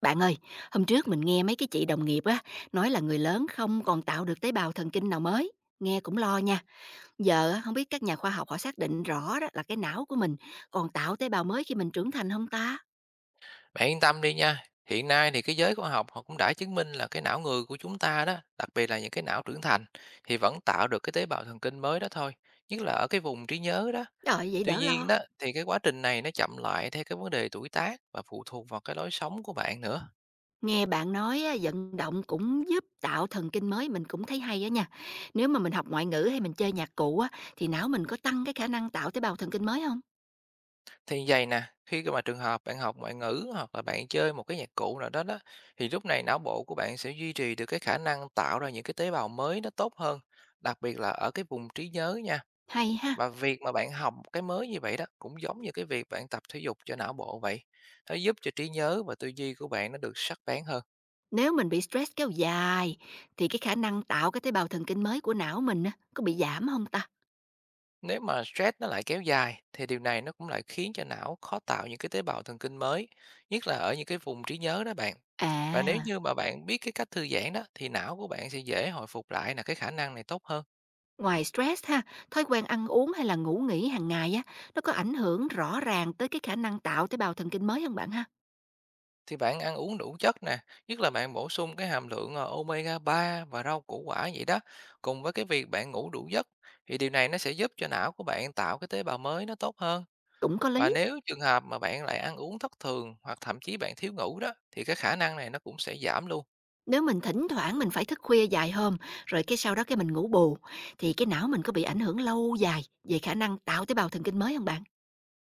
Bạn ơi, hôm trước mình nghe mấy cái chị đồng nghiệp á, nói là người lớn không còn tạo được tế bào thần kinh nào mới. Nghe cũng lo nha. Giờ á, không biết các nhà khoa học họ xác định rõ đó là cái não của mình còn tạo tế bào mới khi mình trưởng thành không ta? Bạn yên tâm đi nha, hiện nay thì cái giới khoa học họ cũng đã chứng minh là cái não người của chúng ta đó, đặc biệt là những cái não trưởng thành thì vẫn tạo được cái tế bào thần kinh mới đó thôi, nhất là ở cái vùng trí nhớ đó. Trời vậy Tuy đỡ nhiên lo. đó thì cái quá trình này nó chậm lại theo cái vấn đề tuổi tác và phụ thuộc vào cái lối sống của bạn nữa. Nghe bạn nói á, vận động cũng giúp tạo thần kinh mới mình cũng thấy hay á nha. Nếu mà mình học ngoại ngữ hay mình chơi nhạc cụ á, thì não mình có tăng cái khả năng tạo tế bào thần kinh mới không? Thì vậy nè, khi mà trường hợp bạn học ngoại ngữ hoặc là bạn chơi một cái nhạc cụ nào đó đó thì lúc này não bộ của bạn sẽ duy trì được cái khả năng tạo ra những cái tế bào mới nó tốt hơn, đặc biệt là ở cái vùng trí nhớ nha. Hay ha. Và việc mà bạn học một cái mới như vậy đó, cũng giống như cái việc bạn tập thể dục cho não bộ vậy. Nó giúp cho trí nhớ và tư duy của bạn nó được sắc bén hơn. Nếu mình bị stress kéo dài thì cái khả năng tạo cái tế bào thần kinh mới của não mình á, có bị giảm không ta? Nếu mà stress nó lại kéo dài thì điều này nó cũng lại khiến cho não khó tạo những cái tế bào thần kinh mới, nhất là ở những cái vùng trí nhớ đó bạn. Và nếu À, như mà bạn biết cái cách thư giãn đó thì não của bạn sẽ dễ hồi phục lại là cái khả năng này tốt hơn. ngoài stress ha, thói quen ăn uống hay là ngủ nghỉ hàng ngày á, nó có ảnh hưởng rõ ràng tới cái khả năng tạo tế bào thần kinh mới không bạn ha? Thì bạn ăn uống đủ chất nè, nhất là bạn bổ sung cái hàm lượng omega 3 và rau củ quả vậy đó, cùng với cái việc bạn ngủ đủ giấc thì điều này nó sẽ giúp cho não của bạn tạo cái tế bào mới nó tốt hơn. Cũng có Và lý, nếu trường hợp mà bạn lại ăn uống thất thường hoặc thậm chí bạn thiếu ngủ đó thì cái khả năng này nó cũng sẽ giảm luôn. nếu mình thỉnh thoảng mình phải thức khuya dài hôm, rồi cái sau đó cái mình ngủ bù, thì cái não mình có bị ảnh hưởng lâu dài về khả năng tạo tế bào thần kinh mới không bạn?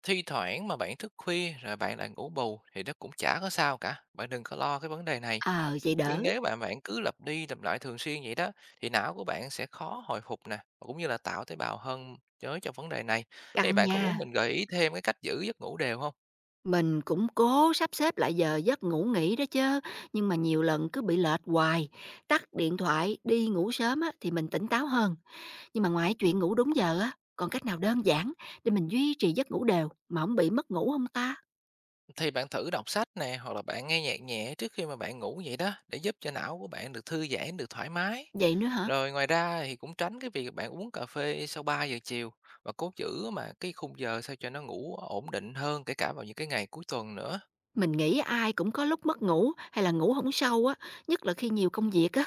Thi thoảng mà bạn thức khuya rồi bạn lại ngủ bù thì nó cũng chả có sao cả, bạn đừng có lo cái vấn đề này. Ờ, vậy Nhưng đỡ, nếu bạn bạn cứ lặp đi lặp lại thường xuyên vậy đó thì não của bạn sẽ khó hồi phục nè và cũng như là tạo tế bào hơn chới cho vấn đề này. Thế thì căng bạn có nha. muốn mình gợi ý thêm cái cách giữ giấc ngủ đều không? Mình cũng cố sắp xếp lại giờ giấc ngủ nghỉ đó chứ, nhưng mà nhiều lần cứ bị lệch hoài. Tắt điện thoại, đi ngủ sớm á, thì mình tỉnh táo hơn. Nhưng mà ngoài chuyện ngủ đúng giờ á, còn cách nào đơn giản để mình duy trì giấc ngủ đều mà không bị mất ngủ không ta? Thì bạn thử đọc sách nè hoặc là bạn nghe nhạc nhẹ trước khi mà bạn ngủ vậy đó để giúp cho não của bạn được thư giãn, được thoải mái. Vậy nữa hả? Rồi ngoài ra thì cũng tránh cái việc bạn uống cà phê sau 3 giờ chiều và cố giữ mà cái khung giờ sao cho nó ngủ ổn định hơn, kể cả vào những cái ngày cuối tuần nữa. Mình nghĩ ai cũng có lúc mất ngủ hay là ngủ không sâu á, nhất là khi nhiều công việc á.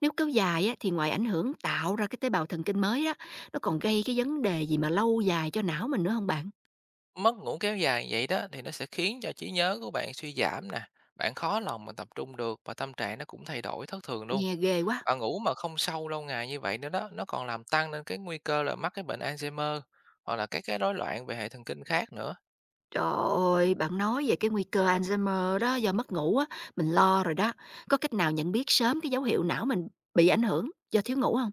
Nếu kéo dài á, thì ngoài ảnh hưởng tạo ra cái tế bào thần kinh mới á, nó còn gây cái vấn đề gì mà lâu dài cho não mình nữa không bạn? Mất ngủ kéo dài vậy đó thì nó sẽ khiến cho trí nhớ của bạn suy giảm nè, bạn khó lòng mà tập trung được và tâm trạng nó cũng thay đổi thất thường luôn. Nghe ghê quá. Và ngủ mà không sâu lâu ngày như vậy nữa đó, nó còn làm tăng lên cái nguy cơ là mắc cái bệnh Alzheimer hoặc là các cái rối loạn về hệ thần kinh khác nữa. Trời ơi, bạn nói về cái nguy cơ Alzheimer đó do mất ngủ á, mình lo rồi đó. Có cách nào nhận biết sớm cái dấu hiệu não mình bị ảnh hưởng do thiếu ngủ không?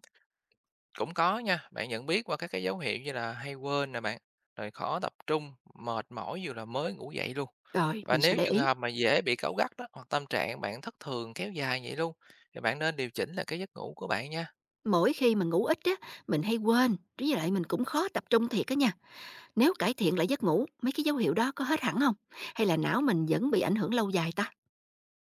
Cũng có nha, bạn nhận biết qua các cái dấu hiệu như là hay quên nè bạn, rồi khó tập trung, mệt mỏi dù là mới ngủ dậy luôn. Rồi, Và mình sẽ nếu để trường ý. hợp mà dễ bị cáu gắt đó hoặc tâm trạng bạn thất thường kéo dài vậy luôn thì bạn nên điều chỉnh là cái giấc ngủ của bạn nha. Mỗi khi mà ngủ ít á, mình hay quên, với lại mình cũng khó tập trung thiệt á nha. Nếu cải thiện lại giấc ngủ, mấy cái dấu hiệu đó có hết hẳn không? Hay là não mình vẫn bị ảnh hưởng lâu dài ta?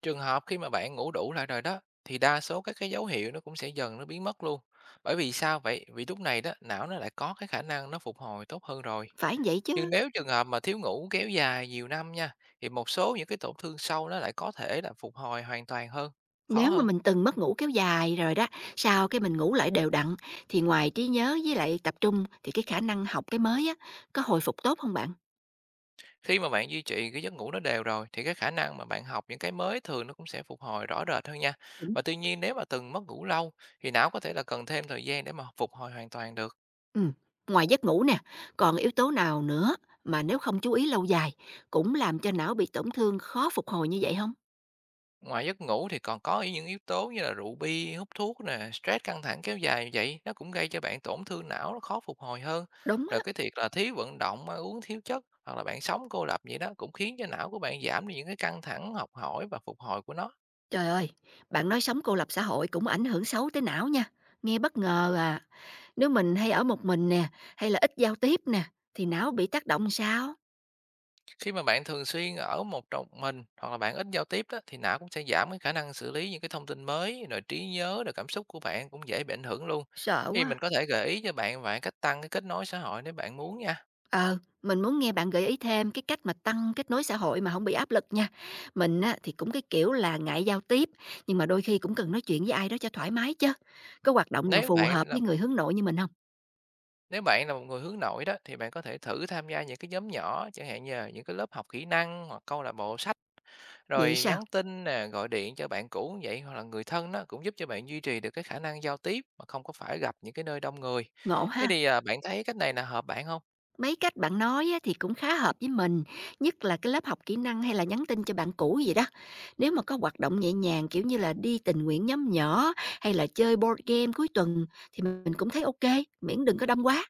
Trường hợp khi mà bạn ngủ đủ lại rồi đó thì đa số các cái dấu hiệu nó cũng sẽ dần nó biến mất luôn. Bởi vì sao vậy? Vì lúc này đó não nó lại có cái khả năng nó phục hồi tốt hơn rồi. Phải vậy Nhưng chứ. nếu trường hợp mà thiếu ngủ kéo dài nhiều năm nha thì một số những cái tổn thương sâu nó lại có thể là phục hồi hoàn toàn hơn, khó Nếu mà hơn. mình từng mất ngủ kéo dài rồi đó, sau cái mình ngủ lại đều đặn thì ngoài trí nhớ với lại tập trung thì cái khả năng học cái mới á, có hồi phục tốt không bạn? Khi mà bạn duy trì cái giấc ngủ nó đều rồi thì cái khả năng mà bạn học những cái mới thường nó cũng sẽ phục hồi rõ rệt hơn nha. Và tuy nhiên nếu mà từng mất ngủ lâu thì não có thể là cần thêm thời gian để mà phục hồi hoàn toàn được. Ừm, ngoài giấc ngủ nè, còn yếu tố nào nữa mà nếu không chú ý lâu dài cũng làm cho não bị tổn thương khó phục hồi như vậy không? Ngoài giấc ngủ thì còn có những yếu tố như là rượu bia, hút thuốc nè, stress căng thẳng kéo dài như vậy, nó cũng gây cho bạn tổn thương não nó khó phục hồi hơn. Đúng á. Rồi cái thiệt là thiếu vận động, ăn uống thiếu chất hoặc là bạn sống cô lập vậy đó cũng khiến cho não của bạn giảm đi những cái căng thẳng học hỏi và phục hồi của nó. Trời ơi, bạn nói sống cô lập xã hội cũng ảnh hưởng xấu tới não nha. Nghe bất ngờ à, nếu mình hay ở một mình nè, hay là ít giao tiếp nè, thì não bị tác động sao? Khi mà bạn thường xuyên ở một trong mình hoặc là bạn ít giao tiếp đó thì não cũng sẽ giảm cái khả năng xử lý những cái thông tin mới, rồi trí nhớ, rồi cảm xúc của bạn cũng dễ bị ảnh hưởng luôn. Sợ Thì quá à. mình có thể gợi ý cho bạn vài cách tăng cái kết nối xã hội nếu bạn muốn nha. Ờ, mình muốn nghe bạn gợi ý thêm cái cách mà tăng kết nối xã hội mà không bị áp lực nha. Mình á, thì cũng cái kiểu là ngại giao tiếp, nhưng mà đôi khi cũng cần nói chuyện với ai đó cho thoải mái chứ. Có hoạt động nào Nếu phù bạn hợp với người hướng nội như mình không? Nếu bạn là một người hướng nội đó thì bạn có thể thử tham gia những cái nhóm nhỏ, chẳng hạn như là những cái lớp học kỹ năng hoặc câu lạc bộ sách, Vậy rồi sao? nhắn tin nè, gọi điện cho bạn cũ cũng vậy hoặc là người thân đó cũng giúp cho bạn duy trì được cái khả năng giao tiếp mà không có phải gặp những cái nơi đông người. Ngộ Thế ha! thì à, bạn thấy cách này là hợp bạn không? Mấy cách bạn nói á, thì cũng khá hợp với mình, nhất là cái lớp học kỹ năng hay là nhắn tin cho bạn cũ gì đó. Nếu mà có hoạt động nhẹ nhàng, kiểu như là đi tình nguyện nhóm nhỏ hay là chơi board game cuối tuần thì mình cũng thấy ok miễn đừng có đông quá.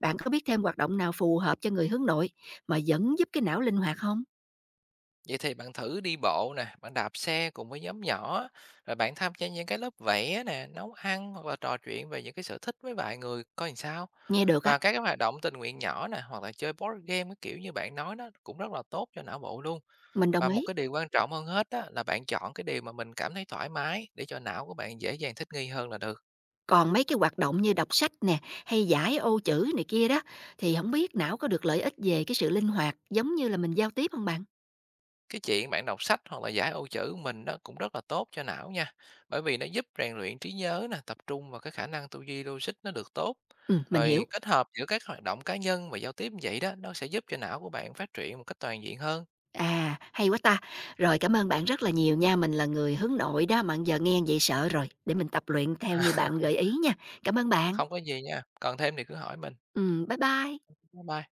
Bạn có biết thêm hoạt động nào phù hợp cho người hướng nội mà vẫn giúp cái não linh hoạt không? Vậy thì bạn thử đi bộ nè, bạn đạp xe cùng với nhóm nhỏ á, rồi bạn tham gia những cái lớp vẽ nè, nấu ăn hoặc là trò chuyện về những cái sở thích với vài người coi làm sao. Nghe được á, Và các cái hoạt động tình nguyện nhỏ nè, hoặc là chơi board game cái kiểu như bạn nói đó cũng rất là tốt cho não bộ luôn. mình đồng Và một ý. cái điều quan trọng hơn hết đó là bạn chọn cái điều mà mình cảm thấy thoải mái để cho não của bạn dễ dàng thích nghi hơn là được. Còn mấy cái hoạt động như đọc sách nè, hay giải ô chữ này kia đó, thì không biết não có được lợi ích về cái sự linh hoạt giống như là mình giao tiếp không bạn? Cái chuyện bạn đọc sách hoặc là giải ô chữ của mình nó cũng rất là tốt cho não nha, bởi vì nó giúp rèn luyện trí nhớ nè, tập trung và cái khả năng tư duy logic nó được tốt. Mình hiểu. Rồi kết hợp giữa các hoạt động cá nhân và giao tiếp như vậy đó, nó sẽ giúp cho não của bạn phát triển một cách toàn diện hơn. À, hay quá ta. Rồi, cảm ơn bạn rất là nhiều nha, mình là người hướng nội đó, mà giờ nghe vậy sợ rồi, để mình tập luyện theo như bạn gợi ý nha. Cảm ơn bạn. Không có gì nha, cần thêm thì cứ hỏi mình. Bye bye. Bye bye.